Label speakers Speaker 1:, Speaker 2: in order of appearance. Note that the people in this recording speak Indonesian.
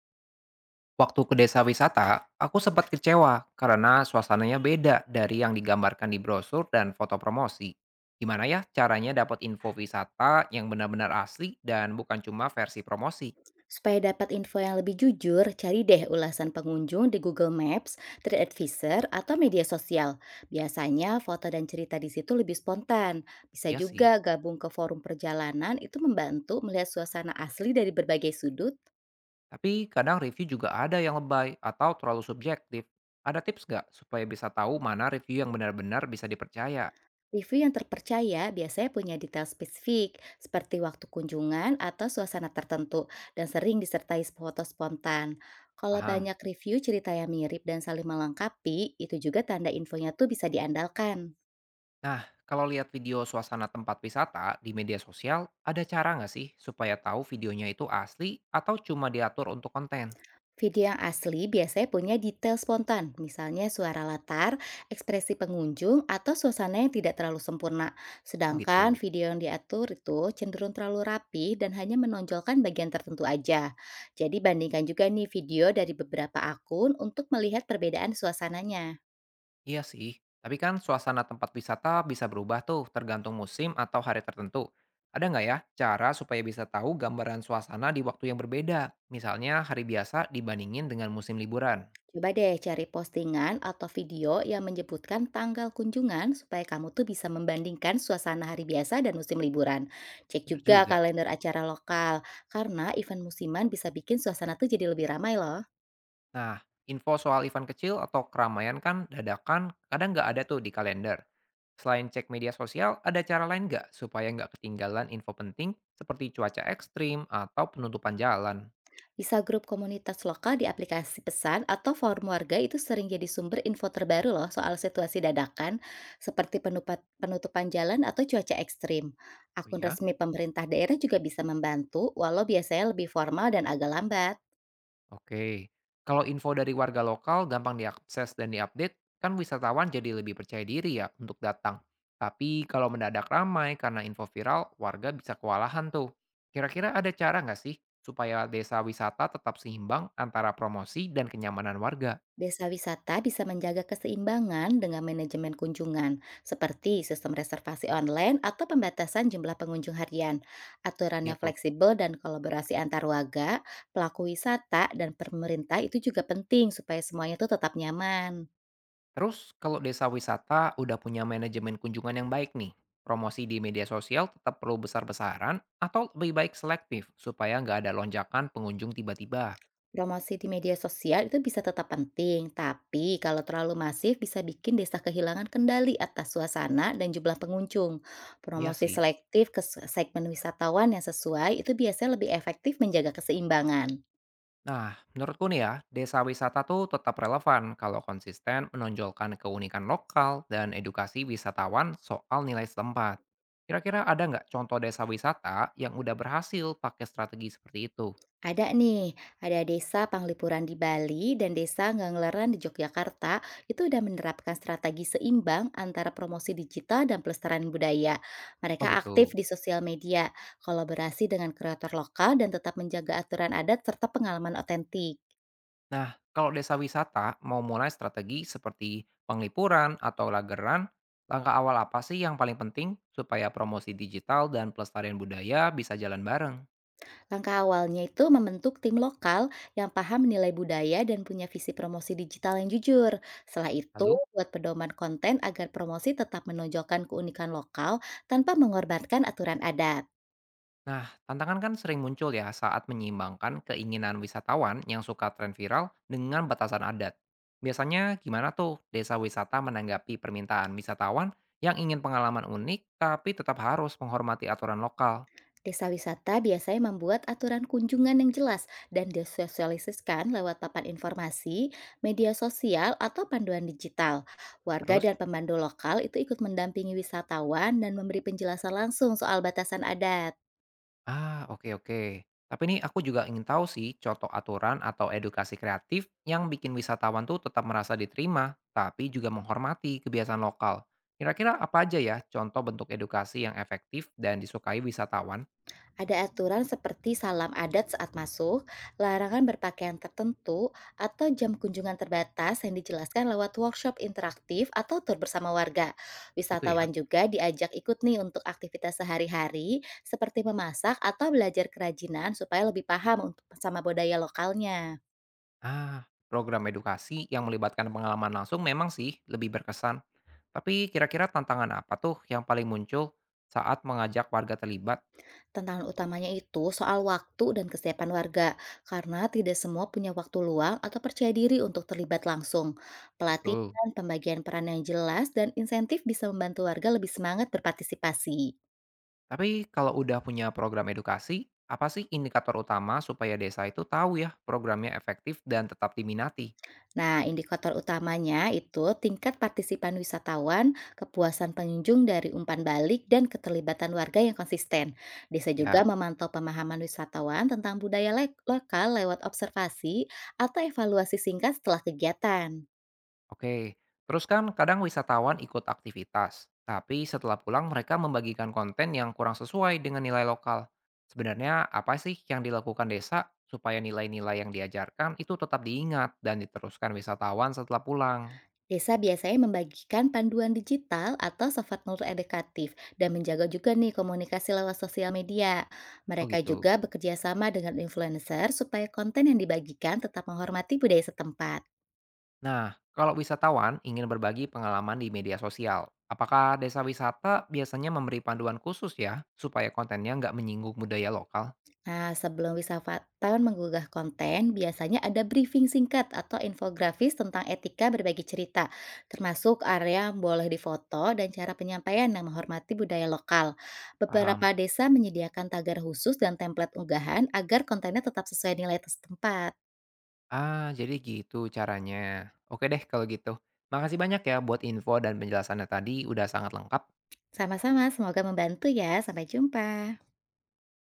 Speaker 1: Waktu ke desa wisata, aku sempat kecewa karena suasananya beda dari yang digambarkan di brosur dan foto promosi. Gimana ya caranya dapat info wisata yang benar-benar asli dan bukan cuma versi promosi?
Speaker 2: Supaya dapat info yang lebih jujur, cari deh ulasan pengunjung di Google Maps, TripAdvisor, atau media sosial. Biasanya foto dan cerita di situ lebih spontan. Bisa
Speaker 1: Ya sih,
Speaker 2: juga gabung ke forum perjalanan, itu membantu melihat suasana asli dari berbagai sudut.
Speaker 1: tapi kadang review juga ada yang lebay atau terlalu subjektif. Ada tips nggak supaya bisa tahu mana review yang benar-benar bisa dipercaya?
Speaker 2: Review yang terpercaya biasanya punya detail spesifik, seperti waktu kunjungan atau suasana tertentu, dan sering disertai foto spontan. Kalau
Speaker 1: Paham.
Speaker 2: banyak review cerita yang mirip dan saling melengkapi, itu juga tanda infonya tuh bisa diandalkan.
Speaker 1: Nah, kalau lihat video suasana tempat wisata di media sosial, ada cara nggak sih supaya tahu videonya itu asli atau cuma diatur untuk konten?
Speaker 2: Video yang asli biasanya punya detail spontan, misalnya suara latar, ekspresi pengunjung, atau suasana yang tidak terlalu sempurna.
Speaker 1: Oh
Speaker 2: Sedangkan
Speaker 1: gitu.
Speaker 2: video yang diatur itu cenderung terlalu rapi dan hanya menonjolkan bagian tertentu aja. Jadi bandingkan juga nih video dari beberapa akun untuk melihat perbedaan suasananya.
Speaker 1: Iya sih. Tapi kan suasana tempat wisata bisa berubah tuh tergantung musim atau hari tertentu. Ada nggak ya cara supaya bisa tahu gambaran suasana di waktu yang berbeda? Misalnya hari biasa dibandingin dengan musim liburan.
Speaker 2: Coba deh cari postingan atau video yang menyebutkan tanggal kunjungan supaya kamu tuh bisa membandingkan suasana hari biasa dan musim liburan. Cek
Speaker 1: Bener
Speaker 2: juga
Speaker 1: juga.
Speaker 2: kalender acara lokal, karena event musiman bisa bikin suasana tuh jadi lebih ramai loh.
Speaker 1: Nah, info soal event kecil atau keramaian kan dadakan kadang nggak ada tuh di kalender. Selain cek media sosial, ada cara lain nggak supaya nggak ketinggalan info penting seperti cuaca ekstrim atau penutupan jalan?
Speaker 2: Bisa grup komunitas lokal di aplikasi pesan atau forum warga itu sering jadi sumber info terbaru loh soal situasi dadakan, seperti penutupan jalan atau cuaca ekstrim.
Speaker 1: Oh
Speaker 2: Akun
Speaker 1: iya?
Speaker 2: resmi pemerintah daerah juga bisa membantu, walau biasanya lebih formal dan agak lambat.
Speaker 1: Oke, kalau info dari warga lokal gampang diakses dan diupdate, kan wisatawan jadi lebih percaya diri ya untuk datang. Tapi kalau mendadak ramai karena info viral, warga bisa kewalahan tuh. Kira-kira ada cara nggak sih supaya desa wisata tetap seimbang antara promosi dan kenyamanan warga?
Speaker 2: Desa wisata bisa menjaga keseimbangan dengan manajemen kunjungan, seperti sistem reservasi online atau pembatasan jumlah pengunjung harian. Aturan
Speaker 1: Ya
Speaker 2: yang
Speaker 1: tuh.
Speaker 2: fleksibel dan kolaborasi antar warga, pelaku wisata, dan pemerintah itu juga penting supaya semuanya tuh tetap nyaman.
Speaker 1: Terus kalau desa wisata udah punya manajemen kunjungan yang baik nih, promosi di media sosial tetap perlu besar-besaran atau lebih baik selektif supaya nggak ada lonjakan pengunjung tiba-tiba?
Speaker 2: Promosi di media sosial itu bisa tetap penting, tapi kalau terlalu masif bisa bikin desa kehilangan kendali atas suasana dan jumlah pengunjung.
Speaker 1: Iya
Speaker 2: Promosi
Speaker 1: sih.
Speaker 2: selektif ke segmen wisatawan yang sesuai itu biasanya lebih efektif menjaga keseimbangan.
Speaker 1: Nah, menurutku nih ya, desa wisata tuh tetap relevan kalau konsisten menonjolkan keunikan lokal dan edukasi wisatawan soal nilai setempat. Kira-kira ada nggak contoh desa wisata yang udah berhasil pakai strategi seperti itu?
Speaker 2: Ada nih, ada desa Panglipuran di Bali dan desa Ngangleran di Yogyakarta itu udah menerapkan strategi seimbang antara promosi digital dan pelestarian budaya.
Speaker 1: Oh
Speaker 2: Mereka
Speaker 1: gitu.
Speaker 2: aktif di sosial media, kolaborasi dengan kreator lokal dan tetap menjaga aturan adat serta pengalaman otentik.
Speaker 1: Nah, kalau desa wisata mau mulai strategi seperti Penglipuran atau Lageran, langkah awal apa sih yang paling penting supaya promosi digital dan pelestarian budaya bisa jalan bareng?
Speaker 2: Langkah awalnya itu membentuk tim lokal yang paham nilai budaya dan punya visi promosi digital yang jujur. Setelah itu,
Speaker 1: Lalu?
Speaker 2: buat pedoman konten agar promosi tetap menonjolkan keunikan lokal tanpa mengorbankan aturan adat.
Speaker 1: Nah, tantangan kan sering muncul ya saat menyimbangkan keinginan wisatawan yang suka tren viral dengan batasan adat. Biasanya gimana tuh desa wisata menanggapi permintaan wisatawan yang ingin pengalaman unik tapi tetap harus menghormati aturan lokal?
Speaker 2: Desa wisata biasanya membuat aturan kunjungan yang jelas dan disosialisasikan lewat papan informasi, media sosial, atau panduan digital. Warga
Speaker 1: Terus?
Speaker 2: dan pemandu lokal itu ikut mendampingi wisatawan dan memberi penjelasan langsung soal batasan adat.
Speaker 1: Ah, oke oke. Tapi nih aku juga ingin tahu sih contoh aturan atau edukasi kreatif yang bikin wisatawan tuh tetap merasa diterima tapi juga menghormati kebiasaan lokal. Kira-kira apa aja ya contoh bentuk edukasi yang efektif dan disukai wisatawan?
Speaker 2: Ada aturan seperti salam adat saat masuk, larangan berpakaian tertentu, atau jam kunjungan terbatas yang dijelaskan lewat workshop interaktif atau tur bersama warga.
Speaker 1: Itu ya?
Speaker 2: Wisatawan juga diajak ikut nih untuk aktivitas sehari-hari seperti memasak atau belajar kerajinan supaya lebih paham sama budaya lokalnya.
Speaker 1: Ah, program edukasi yang melibatkan pengalaman langsung memang sih lebih berkesan. Tapi kira-kira tantangan apa tuh yang paling muncul saat mengajak warga terlibat?
Speaker 2: Tantangan utamanya itu soal waktu dan kesiapan warga, karena tidak semua punya waktu luang atau percaya diri untuk terlibat langsung.
Speaker 1: Betul.
Speaker 2: Pelatihan, pembagian peran yang jelas, dan insentif bisa membantu warga lebih semangat berpartisipasi.
Speaker 1: Tapi kalau udah punya program edukasi, apa sih indikator utama supaya desa itu tahu ya programnya efektif dan tetap diminati?
Speaker 2: Nah, indikator utamanya itu tingkat partisipan wisatawan, kepuasan pengunjung dari umpan balik, dan keterlibatan warga yang konsisten. Desa juga
Speaker 1: Ya.
Speaker 2: memantau pemahaman wisatawan tentang budaya lokal lewat observasi atau evaluasi singkat setelah kegiatan.
Speaker 1: Oke, terus kan kadang wisatawan ikut aktivitas, tapi setelah pulang mereka membagikan konten yang kurang sesuai dengan nilai lokal. Sebenarnya apa sih yang dilakukan desa supaya nilai-nilai yang diajarkan itu tetap diingat dan diteruskan wisatawan setelah pulang?
Speaker 2: Desa biasanya membagikan panduan digital atau soft nurul edukatif dan menjaga juga nih komunikasi lewat sosial media.
Speaker 1: Oh
Speaker 2: Mereka
Speaker 1: gitu.
Speaker 2: juga bekerja sama dengan influencer supaya konten yang dibagikan tetap menghormati budaya setempat.
Speaker 1: Nah, kalau wisatawan ingin berbagi pengalaman di media sosial, apakah desa wisata biasanya memberi panduan khusus ya supaya kontennya nggak menyinggung budaya lokal?
Speaker 2: Nah, sebelum wisatawan menggugah konten, biasanya ada briefing singkat atau infografis tentang etika berbagi cerita, termasuk area yang boleh difoto dan cara penyampaian yang menghormati budaya lokal. Beberapa
Speaker 1: Paham.
Speaker 2: desa menyediakan tagar khusus dan template unggahan agar kontennya tetap sesuai nilai setempat.
Speaker 1: Ah, jadi gitu caranya. Oke deh kalau gitu. Makasih banyak ya buat info dan penjelasannya tadi udah sangat lengkap.
Speaker 2: Sama-sama, semoga membantu ya. Sampai jumpa.